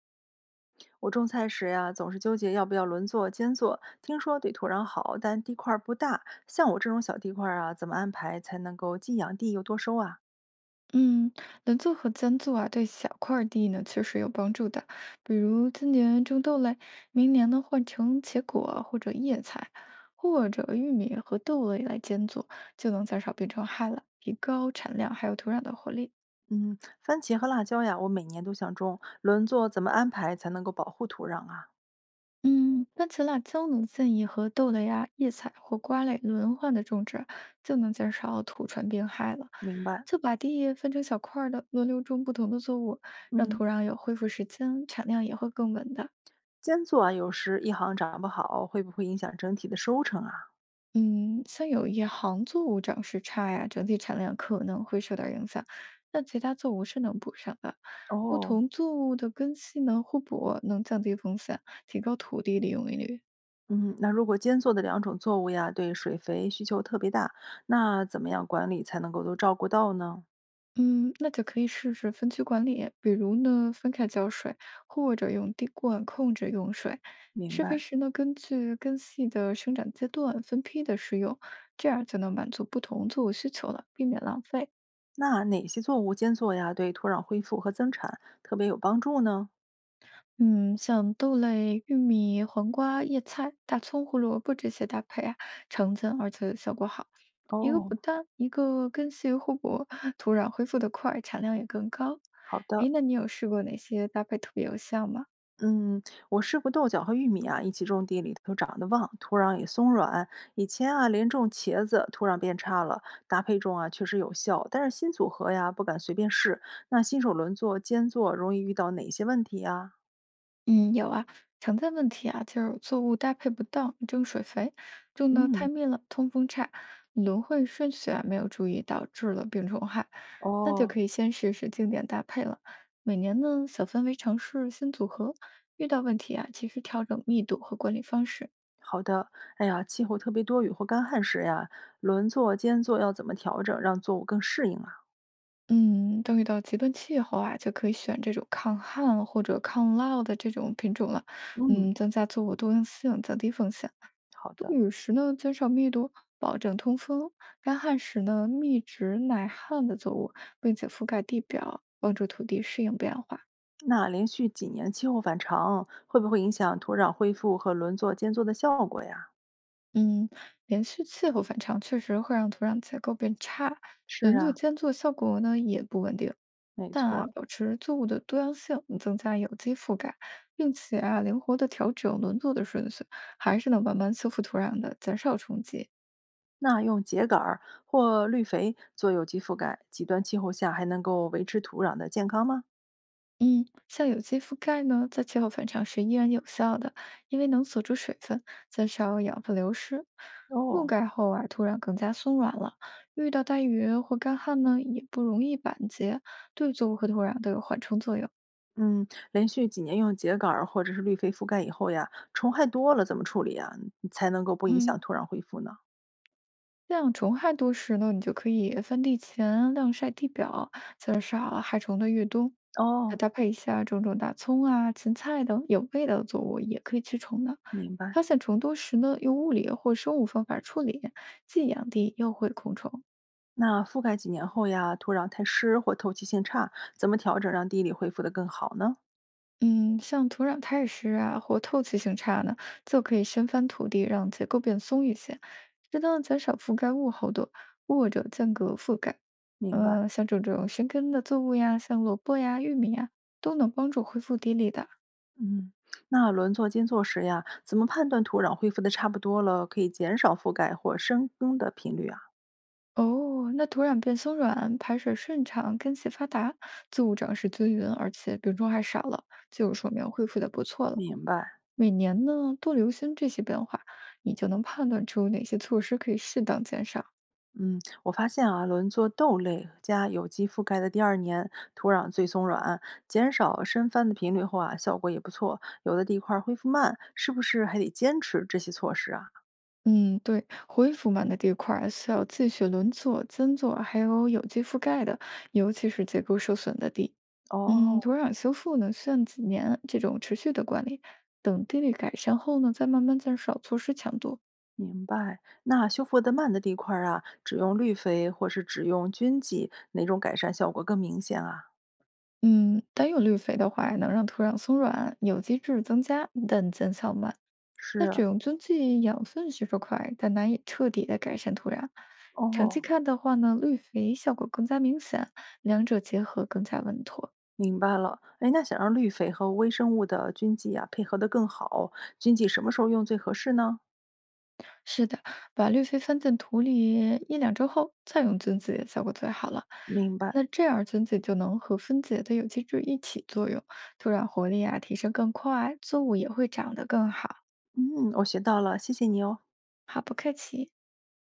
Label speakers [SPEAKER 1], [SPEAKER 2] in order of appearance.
[SPEAKER 1] 我种菜时呀，总是纠结要不要轮作、间作。听说对土壤好，但地块儿不大。像我这种小地块儿啊，怎么安排才能够既养地又多收啊？
[SPEAKER 2] 嗯，轮作和间作啊，对小块儿地呢确实有帮助的。比如今年种豆类，明年呢换成茄果或者叶菜，或者玉米和豆类来间作，就能减少病虫害了，提高产量还有土壤的活力。
[SPEAKER 1] 嗯，番茄和辣椒呀，我每年都想种。轮作怎么安排才能够保护土壤啊？
[SPEAKER 2] 嗯，番茄、辣椒呢建议和豆类啊、叶菜或瓜类轮换的种植，就能减少土传病害了。
[SPEAKER 1] 明白。
[SPEAKER 2] 就把地分成小块儿的，轮流种不同的作物，让
[SPEAKER 1] 嗯，
[SPEAKER 2] 土壤有恢复时间，产量也会更稳的。
[SPEAKER 1] 间作啊，有时一行长不好，会不会影响整体的收成啊？
[SPEAKER 2] 嗯，像有一行作物长势差呀，整体产量可能会受到影响，但其他作物是能补上的。不
[SPEAKER 1] 哦，
[SPEAKER 2] 同作物的根系呢互补，能降低风险，提高土地利用率。
[SPEAKER 1] 嗯，那如果间作的两种作物呀，对水肥需求特别大，那怎么样管理才能够都照顾到呢？
[SPEAKER 2] 嗯，那就可以试试分区管理，比如呢分开浇水，或者用滴灌控制用水。
[SPEAKER 1] 明
[SPEAKER 2] 施肥
[SPEAKER 1] 白。
[SPEAKER 2] 时呢，根据根系的生长阶段分批的施用，这样就能满足不同作物需求了，避免浪费。
[SPEAKER 1] 那哪些作物间作呀，对土壤恢复和增产特别有帮助呢？
[SPEAKER 2] 嗯，像豆类、玉米、黄瓜、叶菜、大葱、胡萝卜这些搭配啊，常见而且效果好。一个
[SPEAKER 1] 哦，
[SPEAKER 2] 补氮，一个根系互补，土壤恢复得快，产量也更高。
[SPEAKER 1] 好的，
[SPEAKER 2] 哎，那你有试过哪些搭配特别有效吗？
[SPEAKER 1] 嗯，我试过豆角和玉米啊，一起种地，里头长得旺，土壤也松软。以前啊，连种茄子，土壤变差了，搭配种啊确实有效，但是新组合呀不敢随便试。那新手轮作、间作容易遇到哪些问题呀？
[SPEAKER 2] 嗯，有啊，常见问题啊，就是作物搭配不当，争水肥，种的
[SPEAKER 1] 嗯，
[SPEAKER 2] 太密了，通风差，轮换顺序啊没有注意，导致了病虫害。那就
[SPEAKER 1] 哦。
[SPEAKER 2] 可以先试试经典搭配了。每年呢，小范围尝试新组合，遇到问题啊，及时调整密度和管理方式。
[SPEAKER 1] 好的，哎呀，气候特别多雨或干旱时呀，轮作、间作要怎么调整，让作物更适应啊？
[SPEAKER 2] 嗯，当遇到极端气候啊，就可以选这种抗旱或者抗涝的这种品种了。
[SPEAKER 1] 嗯，
[SPEAKER 2] 增加作物多样性，降低风险。
[SPEAKER 1] 好
[SPEAKER 2] 多
[SPEAKER 1] 的。
[SPEAKER 2] 雨时呢，减少密度，保证通风；干旱时呢，密植耐旱的作物，并且覆盖地表，帮助土地适应变化。
[SPEAKER 1] 那连续几年气候反常，会不会影响土壤恢复和轮作间作的效果呀？
[SPEAKER 2] 嗯，连续气候反常确实会让土壤结构变差，
[SPEAKER 1] 是
[SPEAKER 2] 轮作
[SPEAKER 1] 啊，
[SPEAKER 2] 间作效果呢也不稳定。
[SPEAKER 1] 没
[SPEAKER 2] 但
[SPEAKER 1] 错
[SPEAKER 2] 啊，
[SPEAKER 1] 儿。
[SPEAKER 2] 保持作物的多样性，增加有机覆盖，并且啊灵活的调整轮作的顺序，还是能慢慢修复土壤的，减少冲击。
[SPEAKER 1] 那用秸秆儿或绿肥做有机覆盖，极端气候下还能够维持土壤的健康吗？
[SPEAKER 2] 嗯，像有机覆盖呢，在气候反常时依然有效的，因为能锁住水分，减少养分流失。覆
[SPEAKER 1] 哦，
[SPEAKER 2] 盖后啊，土壤更加松软了，遇到大雨或干旱呢，也不容易板结，对作物和土壤都有缓冲作用。
[SPEAKER 1] 嗯，连续几年用秸秆儿或者是绿肥覆盖以后呀，虫害多了怎么处理呀？嗯才能够不影
[SPEAKER 2] 嗯。
[SPEAKER 1] 响土壤恢复呢？
[SPEAKER 2] 像虫害多时呢，你就可以翻地前晾晒地表，减少害虫的越冬。再
[SPEAKER 1] 哦，
[SPEAKER 2] 搭配一下种种大葱啊、芹菜等有味道的作物，也可以驱虫的。
[SPEAKER 1] 明白。
[SPEAKER 2] 发现虫多时呢，用物理或生物方法处理，既养地又会控虫。
[SPEAKER 1] 那覆盖几年后呀，土壤太湿或透气性差，怎么调整让地里恢复得更好呢？
[SPEAKER 2] 嗯，像土壤太湿啊，或透气性差呢，就可以深翻土地，让结构变松一些，适当地减少覆盖物厚度，或者间隔覆盖。
[SPEAKER 1] 明白。
[SPEAKER 2] 像这种深根的作物呀，像萝卜呀、玉米呀，都能帮助恢复地力的。
[SPEAKER 1] 嗯，那轮作间作时呀，怎么判断土壤恢复的差不多了，可以减少覆盖或深耕的频率啊？
[SPEAKER 2] 哦，那土壤变松软，排水顺畅，根系发达，作物长势均匀，而且病虫害少了，就说明恢复的不错了。
[SPEAKER 1] 明白。
[SPEAKER 2] 每年呢，多留心这些变化，你就能判断出哪些措施可以适当减少。
[SPEAKER 1] 嗯，我发现啊，轮作豆类加有机覆盖的第二年，土壤最松软，减少深翻的频率后啊，效果也不错。有的地块儿恢复慢，是不是还得坚持这些措施啊？
[SPEAKER 2] 嗯，对，灰复腐满的地块儿需要继续轮作、增作，还有有机覆盖的，尤其是结构受损的地。
[SPEAKER 1] 哦，
[SPEAKER 2] 土壤修复呢，需要几年这种持续的管理，等地力改善后呢，再慢慢减少措施强度。
[SPEAKER 1] 明白。那修复的慢的地块儿啊，只用绿肥或是只用菌剂，哪种改善效果更明显啊？
[SPEAKER 2] 嗯，单用绿肥的话，能让土壤松软，有机质增加，但见效慢。那只
[SPEAKER 1] 是
[SPEAKER 2] 用菌剂养分吸收快，但难以彻底的改善土壤。长期
[SPEAKER 1] 哦，
[SPEAKER 2] 看的话呢，绿肥效果更加明显，两者结合更加稳妥。
[SPEAKER 1] 明白了。哎，那想让绿肥和微生物的菌剂啊配合得更好，菌剂什么时候用最合适呢？
[SPEAKER 2] 是的，把绿肥翻进土里一两周后，再用菌子效果最好了。
[SPEAKER 1] 明白。
[SPEAKER 2] 那这样菌子就能和分解的有机质一起作用，土壤活力啊提升更快，作物也会长得更好。
[SPEAKER 1] 嗯，我学到了，谢谢你哦。
[SPEAKER 2] 好，不客气。